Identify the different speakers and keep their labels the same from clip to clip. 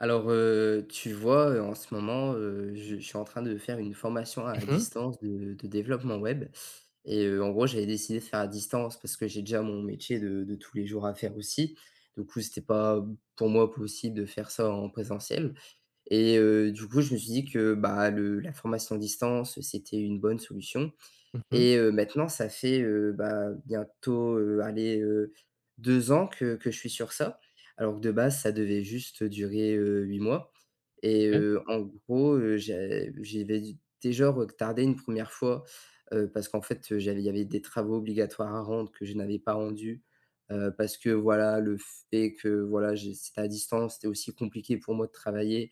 Speaker 1: Alors, tu vois, en ce moment, je suis en train de faire une formation à
Speaker 2: Mmh mh.
Speaker 1: distance de développement web. Et en gros, j'avais décidé de faire à distance parce que j'ai déjà mon métier de tous les jours à faire aussi. Du coup, c'était pas pour moi possible de faire ça en présentiel. Et du coup, je me suis dit que, bah, le la formation à distance, c'était une bonne solution.
Speaker 2: Mmh mh.
Speaker 1: Et maintenant ça fait, bah, bientôt, allez, 2 ans que je suis sur ça. Alors que de base, ça devait juste durer, 8 mois. Et
Speaker 2: OK.
Speaker 1: en gros, j'avais déjà retardé une première fois, parce qu'en fait, j'avais il y avait des travaux obligatoires à rendre que je n'avais pas rendus, parce que voilà, le fait que voilà, j'ai c'était à distance, c'était aussi compliqué pour moi de travailler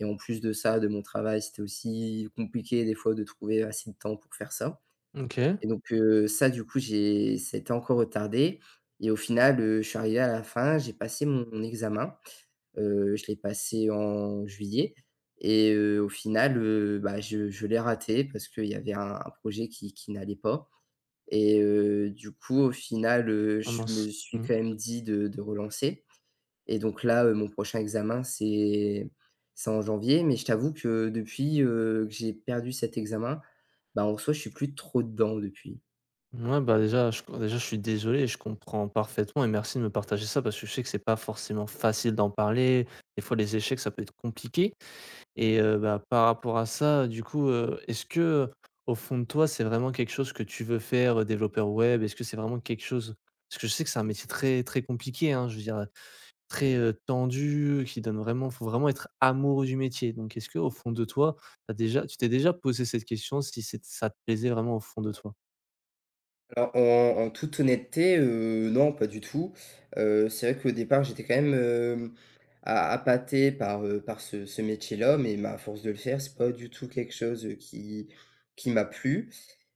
Speaker 1: et en plus de ça, de mon travail, c'était aussi compliqué des fois de trouver assez de temps pour faire ça.
Speaker 2: OK.
Speaker 1: Et donc ça du coup, j'ai ça a été encore retardé et au final, je suis arrivé à la fin, j'ai passé mon examen, je l'ai passé en juillet. Et au final, bah, je l'ai raté parce qu'il y avait un projet qui n'allait pas. Et du coup, au final,
Speaker 2: Ah
Speaker 1: je me
Speaker 2: mince.
Speaker 1: suis
Speaker 2: Mmh.
Speaker 1: quand même dit de relancer. Et donc là, mon prochain examen, c'est en janvier, mais je t'avoue que depuis, que j'ai perdu cet examen, bah, en soi, je suis plus trop dedans depuis.
Speaker 2: Ouais, bah, déjà je suis désolé et je comprends parfaitement et merci de me partager ça parce que je sais que c'est pas forcément facile d'en parler. Des fois les échecs ça peut être compliqué et bah, par rapport à ça, du coup, est-ce que, au fond de toi, c'est vraiment quelque chose que tu veux faire, développeur web? Est-ce que c'est vraiment quelque chose parce que je sais que c'est un métier très, très compliqué, hein, je veux dire, très, tendu, qui donne vraiment faut vraiment être amoureux du métier. Donc est-ce que au fond de toi, t'as déjà tu t'es déjà posé cette question si c'est ça te plaisait vraiment au fond de toi?
Speaker 1: Alors en toute honnêteté, non, pas du tout. C'est vrai qu'au départ j'étais quand même, a appâté par, par ce métier-là, mais à force de le faire, c'est pas du tout quelque chose, qui m'a plu.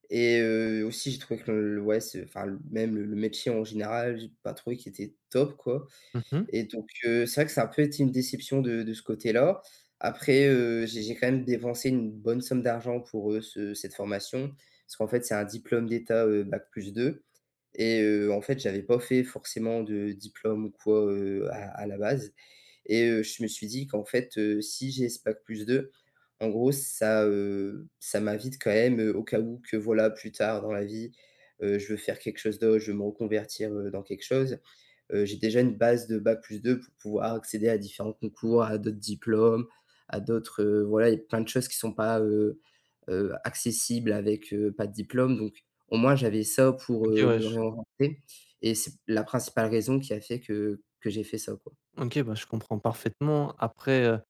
Speaker 1: Et aussi j'ai trouvé que ouais, ce enfin, le métier en général, j'ai pas trouvé qu'il était top, quoi.
Speaker 2: Mmh.
Speaker 1: Et donc c'est vrai que ça a un peu été une déception de ce côté-là. Après, j'ai quand même dépensé une bonne somme d'argent pour, ce cette formation, parce qu'en fait c'est un diplôme d'État, bac plus deux. Et en fait, j'avais pas fait forcément de diplôme ou quoi, à la base, et je me suis dit qu'en fait, si j'ai ce bac plus deux, en gros, ça m'invite quand même, au cas où, que voilà, plus tard dans la vie, je veux faire quelque chose d'autre, je veux me reconvertir, dans quelque chose. J'ai déjà une base de bac plus 2 pour pouvoir accéder à différents concours, à d'autres diplômes, à d'autres, voilà, il y a plein de choses qui sont pas, accessible avec, pas de diplôme, donc au moins j'avais ça pour,
Speaker 2: OK, ouais,
Speaker 1: me
Speaker 2: je
Speaker 1: réorienter, et c'est la principale raison qui a fait que j'ai fait ça, quoi.
Speaker 2: OK, bah, je comprends parfaitement. Après,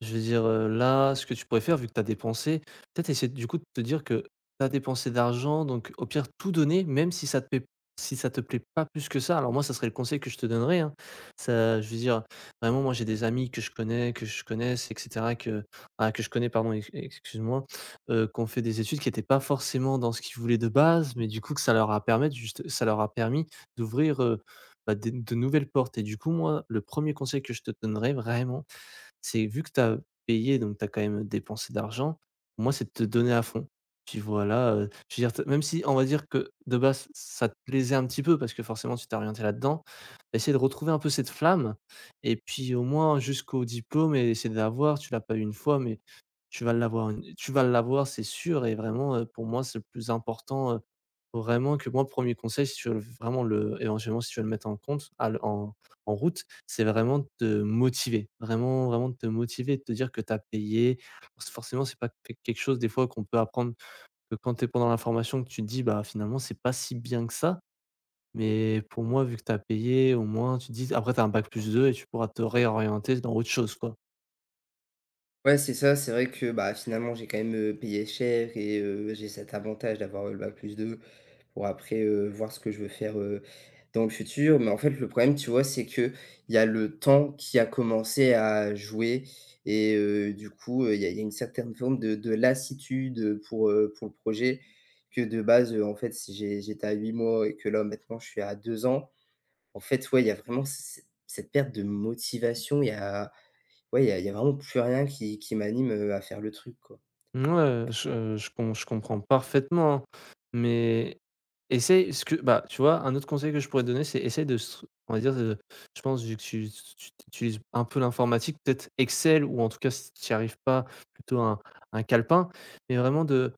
Speaker 2: je veux dire, là, ce que tu pourrais faire, vu que tu as dépensé, peut-être essayer du coup de te dire que tu as dépensé d'argent, donc au pire tout donner, même si ça te plaît si ça te plaît pas plus que ça. Alors moi, ça serait le conseil que je te donnerais, hein. Ça je veux dire, vraiment moi j'ai des amis que je connais que je connaisse et cetera que je connais pardon, ex excuse-moi, qui fait des études qui étaient pas forcément dans ce qu'ils voulaient de base, mais du coup que ça leur a permis, juste ça leur a permis d'ouvrir, bah, des de nouvelles portes et du coup moi, le premier conseil que je te donnerais vraiment, c'est vu que tu as payé, donc tu as quand même dépensé d'argent, pour moi, c'est de te donner à fond. Puis voilà, je veux dire, t même si on va dire que de base, ça te plaisait un petit peu parce que forcément tu t'es orienté là-dedans, essayer de retrouver un peu cette flamme et puis au moins jusqu'au diplôme et essayer de l'avoir. Tu l'as pas eu une fois, mais tu vas l'avoir, c'est sûr et vraiment, pour moi, c'est le plus important, vraiment que moi, 1er conseil, si tu veux vraiment le éventuellement, si tu veux le mettre en compte, à le en en route, c'est vraiment de te motiver, vraiment, vraiment de te motiver, de te dire que tu as payé. Parce que forcément, c'est pas que quelque chose des fois qu'on peut apprendre que quand tu es pendant la formation que tu te dis: «Bah, finalement, c'est pas si bien que ça», mais pour moi, vu que tu as payé, au moins tu te dis après tu as un Bac+2 et tu pourras te réorienter dans autre chose, quoi.
Speaker 1: Ouais, c'est ça, c'est vrai que, bah, finalement, j'ai quand même, payé cher, et j'ai cet avantage d'avoir, le bac plus deux pour après, voir ce que je veux faire, dans le futur. Mais en fait, le problème, tu vois, c'est que il y a le temps qui a commencé à jouer. Et du coup, il y a une certaine forme de lassitude, pour le projet, que de base, en fait, si j'étais à 8 mois et que là, maintenant, je suis à 2 ans, en fait, ouais, il y a vraiment c cette perte de motivation. Il y a Ouais, il y a vraiment plus rien qui m'anime, à faire le truc, quoi.
Speaker 2: Ouais, je comprends parfaitement, hein, mais essaye ce que bah, tu vois, un autre conseil que je pourrais te donner, c'est essaye de stru on va dire, de je pense vu que tu utilises un peu l'informatique, peut-être Excel ou en tout cas si tu n'y arrives pas, plutôt un calepin, mais vraiment de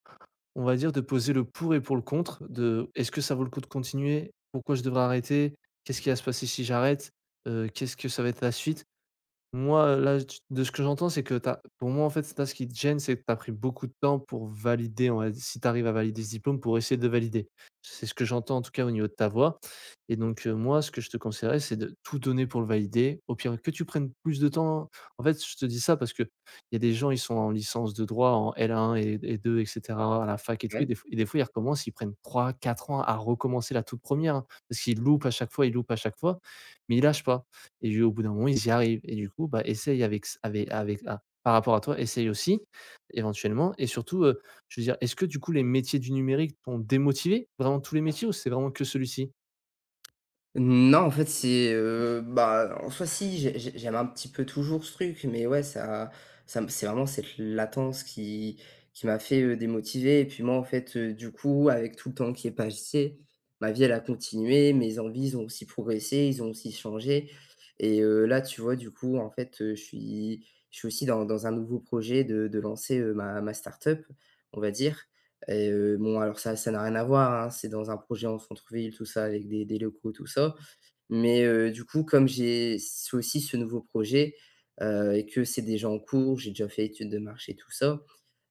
Speaker 2: on va dire de poser le pour et pour le contre de: «Est-ce que ça vaut le coup de continuer? Pourquoi je devrais arrêter? Qu'est-ce qui va se passer si j'arrête? Qu'est-ce que ça va être la suite?» Moi, là, tu de ce que j'entends, c'est que tu pour moi, en fait, là, ce qui te gêne, c'est que tu as pris beaucoup de temps pour valider, on va si tu arrives à valider ce diplôme, pour essayer de valider. C'est ce que j'entends, en tout cas, au niveau de ta voix et donc moi, ce que je te conseillerais, c'est de tout donner pour le valider. Au pire, que tu prennes plus de temps en fait, je te dis ça parce que il y a des gens, ils sont en licence de droit, en L1 et 2 et cetera, à la fac et tout et
Speaker 1: Ouais.
Speaker 2: des fois et des fois, ils recommencent, ils prennent 3, 4 ans à recommencer la toute première hein, parce qu'ils loupent à chaque fois, ils loupent à chaque fois, mais ils lâchent pas et lui, au bout d'un moment, ils y arrivent et du coup, bah, essaye avec s avec avec à par rapport à toi, essaye aussi éventuellement et surtout, je veux dire, est-ce que du coup les métiers du numérique t'ont démotivé? Vraiment tous les métiers ou c'est vraiment que celui-ci?
Speaker 1: Non, en fait, bah, en soi, si, j'aime un petit peu toujours ce truc, mais ouais, ça ça me c'est vraiment cette latence qui m'a fait, démotiver. Et puis moi, en fait, du coup, avec tout le temps qui est passé, ma vie, elle a continué, mes envies, ils ont aussi progressé, ils ont aussi changé. Et là, tu vois, du coup, en fait, je suis aussi dans un nouveau projet de lancer, ma start-up, on va dire. Et bon, alors ça n'a rien à voir, hein, c'est dans un projet en centre-ville, tout ça, avec des locaux, tout ça. Mais du coup, comme j'ai aussi ce nouveau projet, et que c'est déjà en cours, j'ai déjà fait étude de marché, tout ça.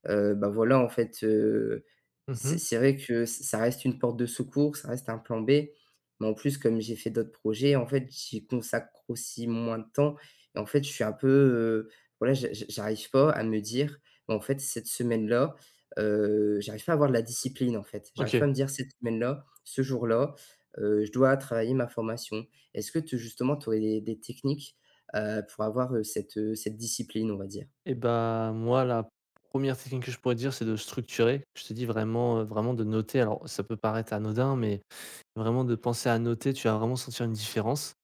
Speaker 1: Bah, voilà, en fait,
Speaker 2: Mmh.
Speaker 1: c'est vrai que ç ça reste une porte de secours, ça reste un plan B. Mais en plus, comme j'ai fait d'autres projets, en fait, j'y consacre aussi moins de temps, et en fait, je suis un peu, voilà, j'arrive pas à me dire: «Bah, en fait, cette semaine-là», j'arrive pas à avoir de la discipline, en fait. J'arrive
Speaker 2: OK.
Speaker 1: pas à me dire: «Cette semaine-là, ce jour-là, je dois travailler ma formation». Est-ce que te justement, tu aurais des techniques, pour avoir, cette discipline, on va dire?
Speaker 2: Et bah, moi, la première technique que je pourrais te dire, c'est de structurer. Je te dis vraiment, vraiment de noter. Alors ça peut paraître anodin, mais vraiment de penser à noter, tu vas vraiment sentir une différence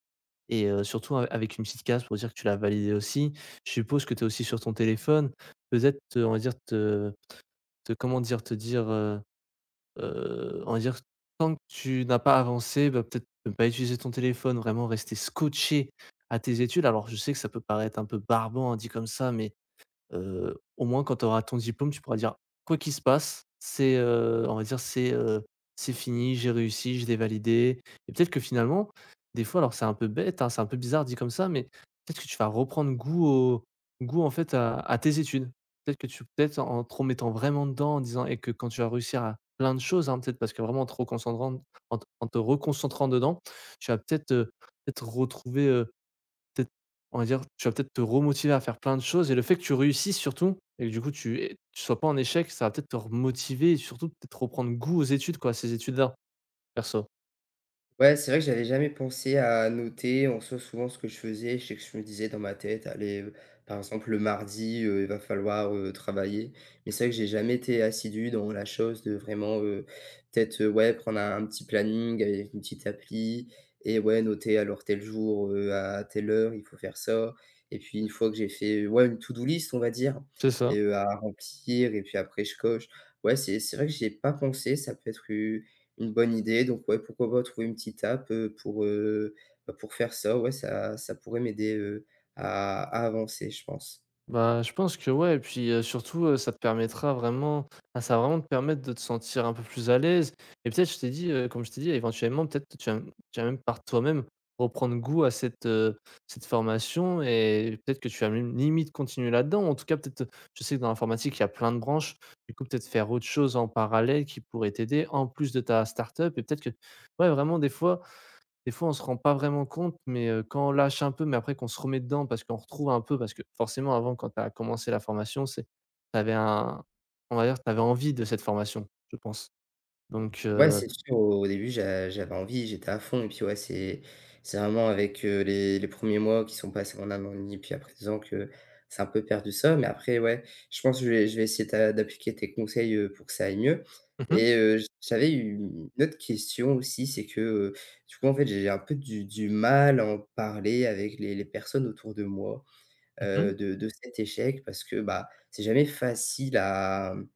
Speaker 2: et surtout a avec une petite case pour dire que tu l'as validé aussi. Je suppose que tu es aussi sur ton téléphone, peut-être, on va dire te comment dire? Te dire, on va dire, tant que tu n'as pas avancé, bah, peut-être ne pas utiliser ton téléphone, vraiment rester scotché à tes études. Alors je sais que ça peut paraître un peu barbant, hein, dit comme ça, mais au moins quand tu auras ton diplôme, tu pourras dire: «Quoi qu'il se passe, c'est, on va dire, c'est fini, j'ai réussi, je l'ai validé» et peut-être que finalement, des fois, alors c'est un peu bête, hein, c'est un peu bizarre dit comme ça, mais peut-être que tu vas reprendre goût au goût en fait à tes études. Peut-être que tu peut-être en te remettant vraiment dedans, en disant et que quand tu vas réussir à plein de choses, hein, peut-être parce que vraiment en te reconcentrant dedans, tu vas peut-être, peut-être retrouver, peut-être, on va dire, tu vas peut-être te remotiver à faire plein de choses et le fait que tu réussisses surtout et que du coup tu é sois pas en échec, ça va peut-être te remotiver et surtout peut-être reprendre goût aux études quoi, à ces études-là, perso.
Speaker 1: Ouais, c'est vrai que j'avais jamais pensé à noter. En soi, souvent, ce que je faisais, je sais que je me disais dans ma tête, allez, par exemple, le mardi, il va falloir, travailler. Mais c'est vrai que j'ai jamais été assidu dans la chose de vraiment, peut-être, ouais, prendre un petit planning avec une petite appli et, ouais, noter, alors tel jour, à telle heure, il faut faire ça. Et puis une fois que j'ai fait, ouais, une to-do list, on va dire,
Speaker 2: C'est ça.
Speaker 1: et à remplir, et puis après je coche. Ouais, c'est vrai que j'ai pas pensé, ça peut être u une bonne idée. Donc, ouais, pourquoi pas trouver une petite app, pour, bah, pour faire ça. Ouais, ça pourrait m'aider, à avancer, je pense.
Speaker 2: Bah, je pense que ouais et puis, surtout, ça te permettra vraiment enfin, ça va vraiment te permettre de te sentir un peu plus à l'aise et peut-être, comme je t'ai dit, éventuellement, peut-être que tu vas même par toi-même reprendre goût à cette formation et peut-être que tu vas même limite continuer là-dedans. En tout cas, peut-être, je sais que dans l'informatique, il y a plein de branches. Du coup, peut-être faire autre chose en parallèle qui pourrait t'aider en plus de ta start-up et peut-être que ouais, vraiment des fois, on se rend pas vraiment compte, mais quand on lâche un peu, mais après qu'on se remet dedans parce qu'on retrouve un peu parce que forcément avant quand tu as commencé la formation, c'est t'avais un on va dire, t'avais envie de cette formation, je pense. Donc
Speaker 1: Ouais,
Speaker 2: heu
Speaker 1: c'est sûr, au début, j'avais envie, j'étais à fond, et puis, ouais, c'est vraiment avec, les premiers mois qui sont passés en 1 et puis après 2 ans que c'est un peu perdu, ça. Mais après, ouais, je pense que je vais essayer d'appliquer tes conseils, pour que ça aille mieux.
Speaker 2: Mmh mh.
Speaker 1: Et j'avais eu une autre question aussi, c'est que, du coup, en fait, j'ai un peu du mal à en parler avec les personnes autour de moi,
Speaker 2: Mmh.
Speaker 1: de cet échec, parce que, bah, c'est jamais facile à,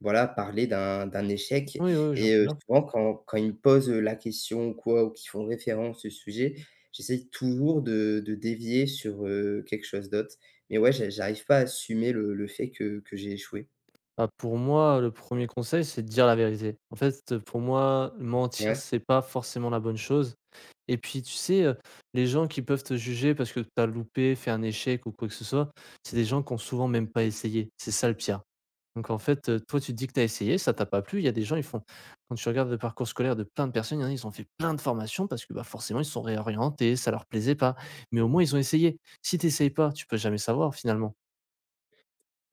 Speaker 1: voilà, parler d'un échec.
Speaker 2: Oui, oui, oui, j'entends
Speaker 1: Et
Speaker 2: bien.
Speaker 1: souvent, quand ils me posent la question ou quoi, ou qu'ils font référence au sujet, j'essaie toujours de dévier sur, quelque chose d'autre, mais ouais, j'arrive pas à assumer le fait que j'ai échoué.
Speaker 2: Bah, pour moi, le premier conseil, c'est de dire la vérité. En fait, pour moi, mentir,
Speaker 1: Ouais.
Speaker 2: c'est pas forcément la bonne chose et puis tu sais, les gens qui peuvent te juger parce que tu as loupé, fait un échec ou quoi que ce soit, c'est des gens qui ont souvent même pas essayé. C'est ça le pire. Donc en fait, toi, tu te dis que tu as essayé, ça t'a pas plu. Il y a des gens, ils font quand tu regardes le parcours scolaire de plein de personnes, il y en a, ils ont fait plein de formations parce que, bah, forcément, ils se sont réorientés, ça leur plaisait pas. Mais au moins, ils ont essayé. Si tu pas, tu peux jamais savoir finalement.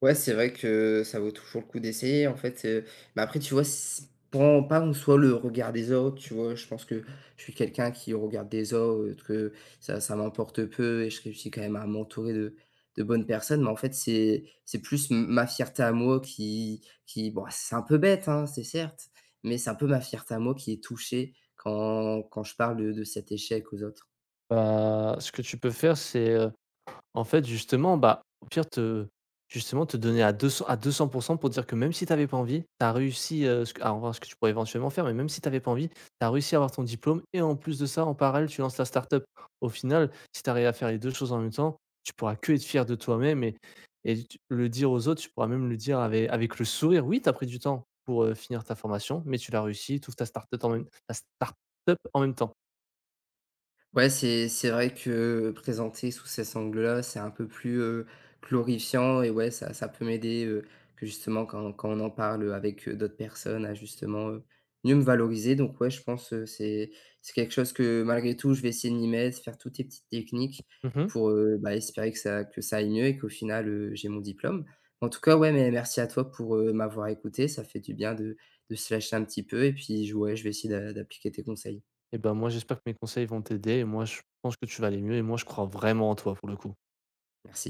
Speaker 1: Ouais, c'est vrai que ça vaut toujours le coup d'essayer, en fait, mais après, tu vois, c prends pas en soi le regard des autres, tu vois? Je pense que je suis quelqu'un qui regarde des autres, que ça m'emporte peu, et je réussis quand même à m'entourer de bonnes personnes, mais en fait c'est plus m ma fierté à moi qui, bon, c'est un peu bête, hein, c'est certes, mais c'est un peu ma fierté à moi qui est touchée quand je parle de cet échec aux autres.
Speaker 2: Bah, ce que tu peux faire, c'est, en fait, justement, bah, au pire te justement te donner à 200% pour dire que même si tu avais pas envie, tu as réussi, ce que alors voir ce que tu pourrais éventuellement faire, mais même si tu avais pas envie, tu as réussi à avoir ton diplôme et en plus de ça, en parallèle, tu lances ta startup. Au final, si tu arrives à faire les 2 choses en même temps, tu pourras que être fier de toi-même et tu le dire aux autres, tu pourras même le dire avec le sourire. Oui, tu as pris du temps pour, finir ta formation, mais tu l'as réussi, tu ouvres ta startup en même ta start-up en même temps.
Speaker 1: Ouais, c'est vrai que présenter sous ces angles là c'est un peu plus, glorifiant, et, ouais, ça peut m'aider, que justement, quand on en parle avec, d'autres personnes, à justement, mieux me valoriser. Donc, ouais, je pense, c'est quelque chose que, malgré tout, je vais essayer de m'y mettre, faire toutes les petites techniques
Speaker 2: Mmh.
Speaker 1: pour, bah, espérer que ça aille mieux et qu'au final, j'ai mon diplôme. En tout cas, ouais, mais merci à toi pour, m'avoir écouté, ça fait du bien de se lâcher un petit peu, et puis je ouais, je vais essayer d'appliquer tes conseils.
Speaker 2: Eh ben, moi, j'espère que mes conseils vont t'aider et moi, je pense que tu vas aller mieux et moi, je crois vraiment en toi, pour le coup.
Speaker 1: Merci.